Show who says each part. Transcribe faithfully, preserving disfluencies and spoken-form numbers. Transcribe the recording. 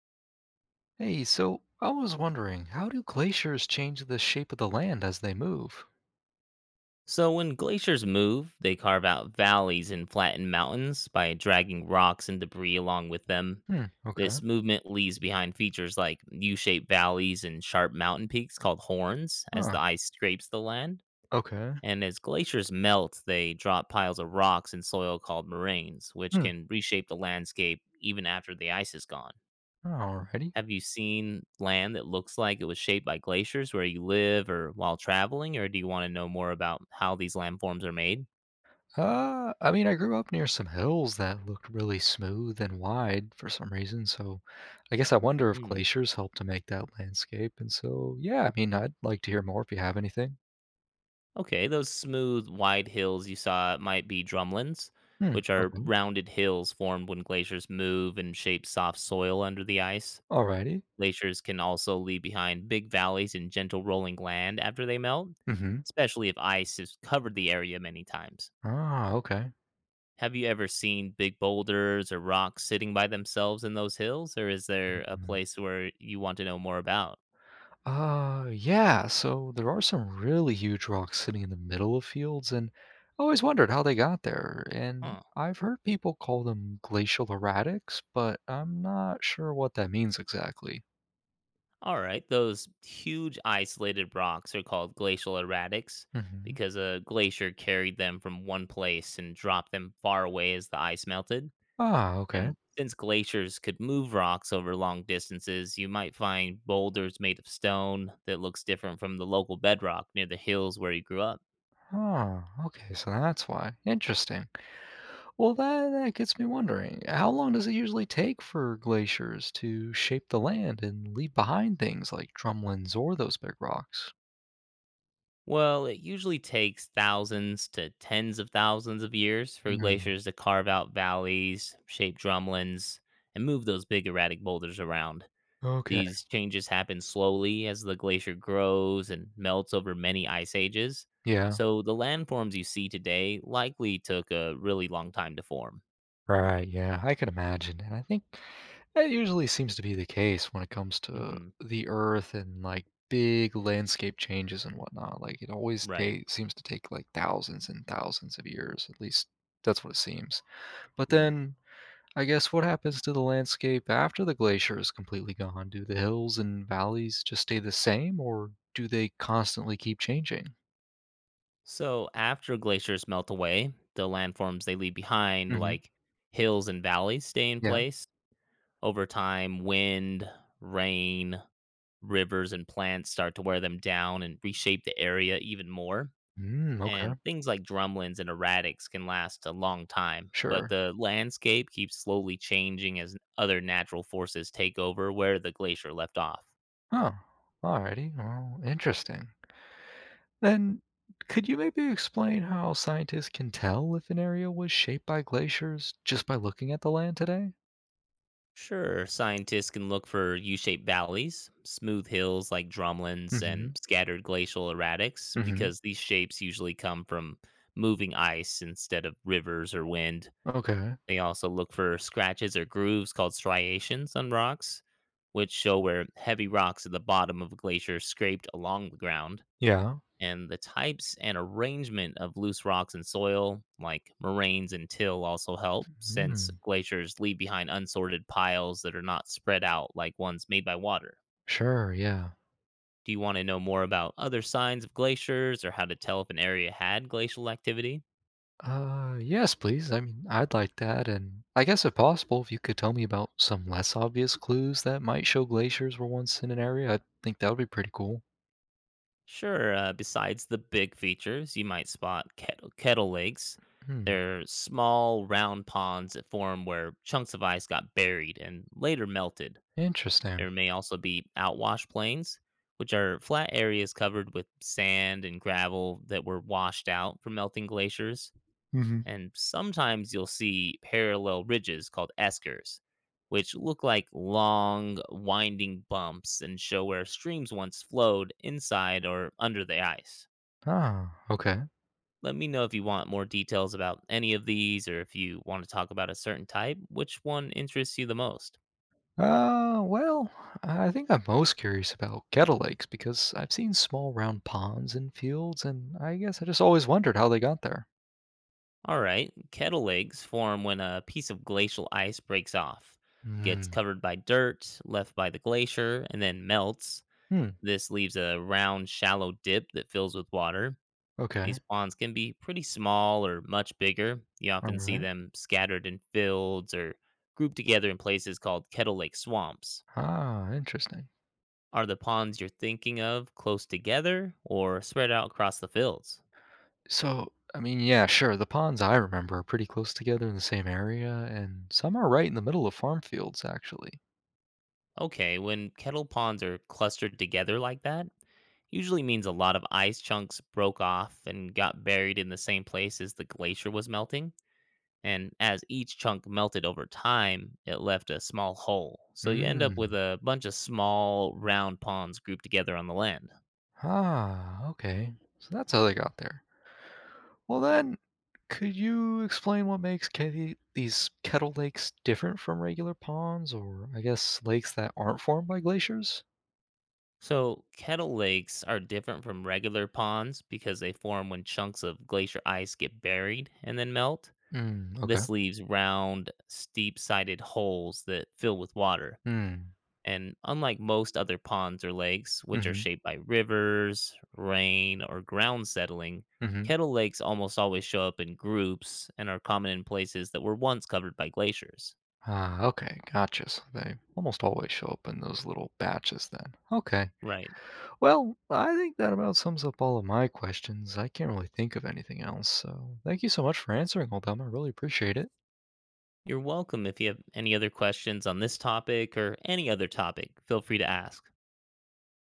Speaker 1: Hey, so I was wondering, how do glaciers change the shape of the land as they move?
Speaker 2: So, when glaciers move, they carve out valleys and flatten mountains by dragging rocks and debris along with them.
Speaker 1: Hmm, okay.
Speaker 2: This movement leaves behind features like U shaped valleys and sharp mountain peaks called horns as
Speaker 1: Huh.
Speaker 2: the ice scrapes the land.
Speaker 1: Okay.
Speaker 2: And as glaciers melt, they drop piles of rocks and soil called moraines, which
Speaker 1: Hmm.
Speaker 2: can reshape the landscape even after the ice is gone.
Speaker 1: Alrighty.
Speaker 2: Have you seen land that looks like it was shaped by glaciers where you live or while traveling, or do you want to know more about how these landforms are made?
Speaker 1: Uh, I mean, I grew up near some hills that looked really smooth and wide for some reason, so I guess I wonder if
Speaker 2: Mm.
Speaker 1: glaciers help to make that landscape. And so, yeah, I mean, I'd like to hear more if you have anything.
Speaker 2: Okay, those smooth, wide hills you saw might be drumlins,
Speaker 1: Hmm.
Speaker 2: which are
Speaker 1: Okay.
Speaker 2: rounded hills formed when glaciers move and shape soft soil under the ice.
Speaker 1: Alrighty.
Speaker 2: Glaciers can also leave behind big valleys and gentle rolling land after they melt,
Speaker 1: Mm-hmm.
Speaker 2: especially if ice has covered the area many times.
Speaker 1: Ah, okay.
Speaker 2: Have you ever seen big boulders or rocks sitting by themselves in those hills, or is there a place where you want to know more about?
Speaker 1: Uh, yeah, so there are some really huge rocks sitting in the middle of fields, and I always wondered how they got there. And
Speaker 2: Huh.
Speaker 1: I've heard people call them glacial erratics, but I'm not sure what that means exactly.
Speaker 2: All right, those huge isolated rocks are called glacial erratics
Speaker 1: Hmm.
Speaker 2: because a glacier carried them from one place and dropped them far away as the ice melted.
Speaker 1: Ah, okay.
Speaker 2: And since glaciers could move rocks over long distances, you might find boulders made of stone that looks different from the local bedrock near the hills where you grew up.
Speaker 1: Oh, okay, so that's why. Interesting. Well, that, that gets me wondering, how long does it usually take for glaciers to shape the land and leave behind things like drumlins or those big rocks?
Speaker 2: Well, it usually takes thousands to tens of thousands of years for
Speaker 1: Mm.
Speaker 2: glaciers to carve out valleys, shape drumlins, and move those big erratic boulders around.
Speaker 1: Okay.
Speaker 2: These changes happen slowly as the glacier grows and melts over many ice ages,
Speaker 1: Yeah.
Speaker 2: so the landforms you see today likely took a really long time to form.
Speaker 1: Right, yeah, I can imagine, and I think that usually seems to be the case when it comes to
Speaker 2: Hmm.
Speaker 1: the Earth and, like, big landscape changes and whatnot, like, it always
Speaker 2: Right.
Speaker 1: ta seems to take, like, thousands and thousands of years, at least that's what it seems. But
Speaker 2: Mm.
Speaker 1: then, I guess what happens to the landscape after the glacier is completely gone? Do the hills and valleys just stay the same, or do they constantly keep changing?
Speaker 2: So after glaciers melt away, the landforms they leave behind,
Speaker 1: Mhm,
Speaker 2: like hills and valleys, stay in
Speaker 1: yeah.
Speaker 2: place. Over time, wind, rain, rivers, and plants start to wear them down and reshape the area even more.
Speaker 1: Mm, okay,
Speaker 2: And things like drumlins and erratics can last a long time, but
Speaker 1: sure.
Speaker 2: the landscape keeps slowly changing as other natural forces take over where the glacier left off.
Speaker 1: Huh, alrighty, well, interesting. Then, could you maybe explain how scientists can tell if an area was shaped by glaciers just by looking at the land today?
Speaker 2: Sure, scientists can look for U shaped valleys, smooth hills like drumlins,
Speaker 1: Mm-hmm.
Speaker 2: and scattered glacial erratics
Speaker 1: Mm-hmm.
Speaker 2: because these shapes usually come from moving ice instead of rivers or wind.
Speaker 1: Okay.
Speaker 2: They also look for scratches or grooves called striations on rocks, which show where heavy rocks at the bottom of a glacier scraped along the ground.
Speaker 1: Yeah.
Speaker 2: And the types and arrangement of loose rocks and soil, like moraines and till, also help, since
Speaker 1: Mm,
Speaker 2: glaciers leave behind unsorted piles that are not spread out like ones made by water.
Speaker 1: sure. Yeah.
Speaker 2: Do you want to know more about other signs of glaciers or how to tell if an area had glacial activity?
Speaker 1: Uh, yes, please. I mean, I'd like that, and I guess if possible, if you could tell me about some less obvious clues that might show glaciers were once in an area, I think that would be pretty cool.
Speaker 2: Sure, uh, besides the big features, you might spot kettle, kettle lakes.
Speaker 1: Hmm.
Speaker 2: They're small, round ponds that form where chunks of ice got buried and later melted.
Speaker 1: Interesting.
Speaker 2: There may also be outwash plains, which are flat areas covered with sand and gravel that were washed out from melting glaciers,
Speaker 1: Mm-hmm.
Speaker 2: and sometimes you'll see parallel ridges called eskers, which look like long, winding bumps and show where streams once flowed inside or under the ice.
Speaker 1: Ah. Okay.
Speaker 2: Let me know if you want more details about any of these or if you want to talk about a certain type, which one interests you the most.
Speaker 1: Uh, well, I think I'm most curious about kettle lakes because I've seen small round ponds in fields, and I guess I just always wondered how they got there.
Speaker 2: All right, kettle lakes form when a piece of glacial ice breaks off, gets
Speaker 1: Hmm.
Speaker 2: covered by dirt left by the glacier, and then melts.
Speaker 1: Hmm.
Speaker 2: This leaves a round, shallow dip that fills with water.
Speaker 1: Okay.
Speaker 2: These ponds can be pretty small or much bigger. You
Speaker 1: All
Speaker 2: often see
Speaker 1: right.
Speaker 2: them scattered in fields or grouped together in places called Kettle Lake swamps.
Speaker 1: Ah, interesting.
Speaker 2: Are the ponds you're thinking of close together or spread out across the fields?
Speaker 1: So, I mean, yeah, sure. The ponds I remember are pretty close together in the same area, and some are right in the middle of farm fields, actually.
Speaker 2: Okay, when kettle ponds are clustered together like that, usually means a lot of ice chunks broke off and got buried in the same place as the glacier was melting. And as each chunk melted over time, it left a small hole. So you end up with
Speaker 1: Hmm.
Speaker 2: a bunch of small, round ponds grouped together on the land.
Speaker 1: Ah, okay. So that's how they got there. Well, then, could you explain what makes ke- these kettle lakes different from regular ponds, or I guess lakes that aren't formed by glaciers?
Speaker 2: So, kettle lakes are different from regular ponds because they form when chunks of glacier ice get buried and then melt.
Speaker 1: Mm, okay.
Speaker 2: This leaves round, steep sided holes that fill with water.
Speaker 1: Mm,
Speaker 2: And unlike most other ponds or lakes, which are
Speaker 1: mm-hmm,
Speaker 2: shaped by rivers, rain, or ground settling,
Speaker 1: mm-hmm.
Speaker 2: kettle lakes almost always show up in groups and are common in places that were once covered by glaciers.
Speaker 1: Ah, okay, gotcha. So they almost always show up in those little batches then. Okay.
Speaker 2: Right.
Speaker 1: Well, I think that about sums up all of my questions. I can't really think of anything else, so thank you so much for answering all them. I really appreciate it.
Speaker 2: You're welcome. If you have any other questions on this topic or any other topic, feel free to ask.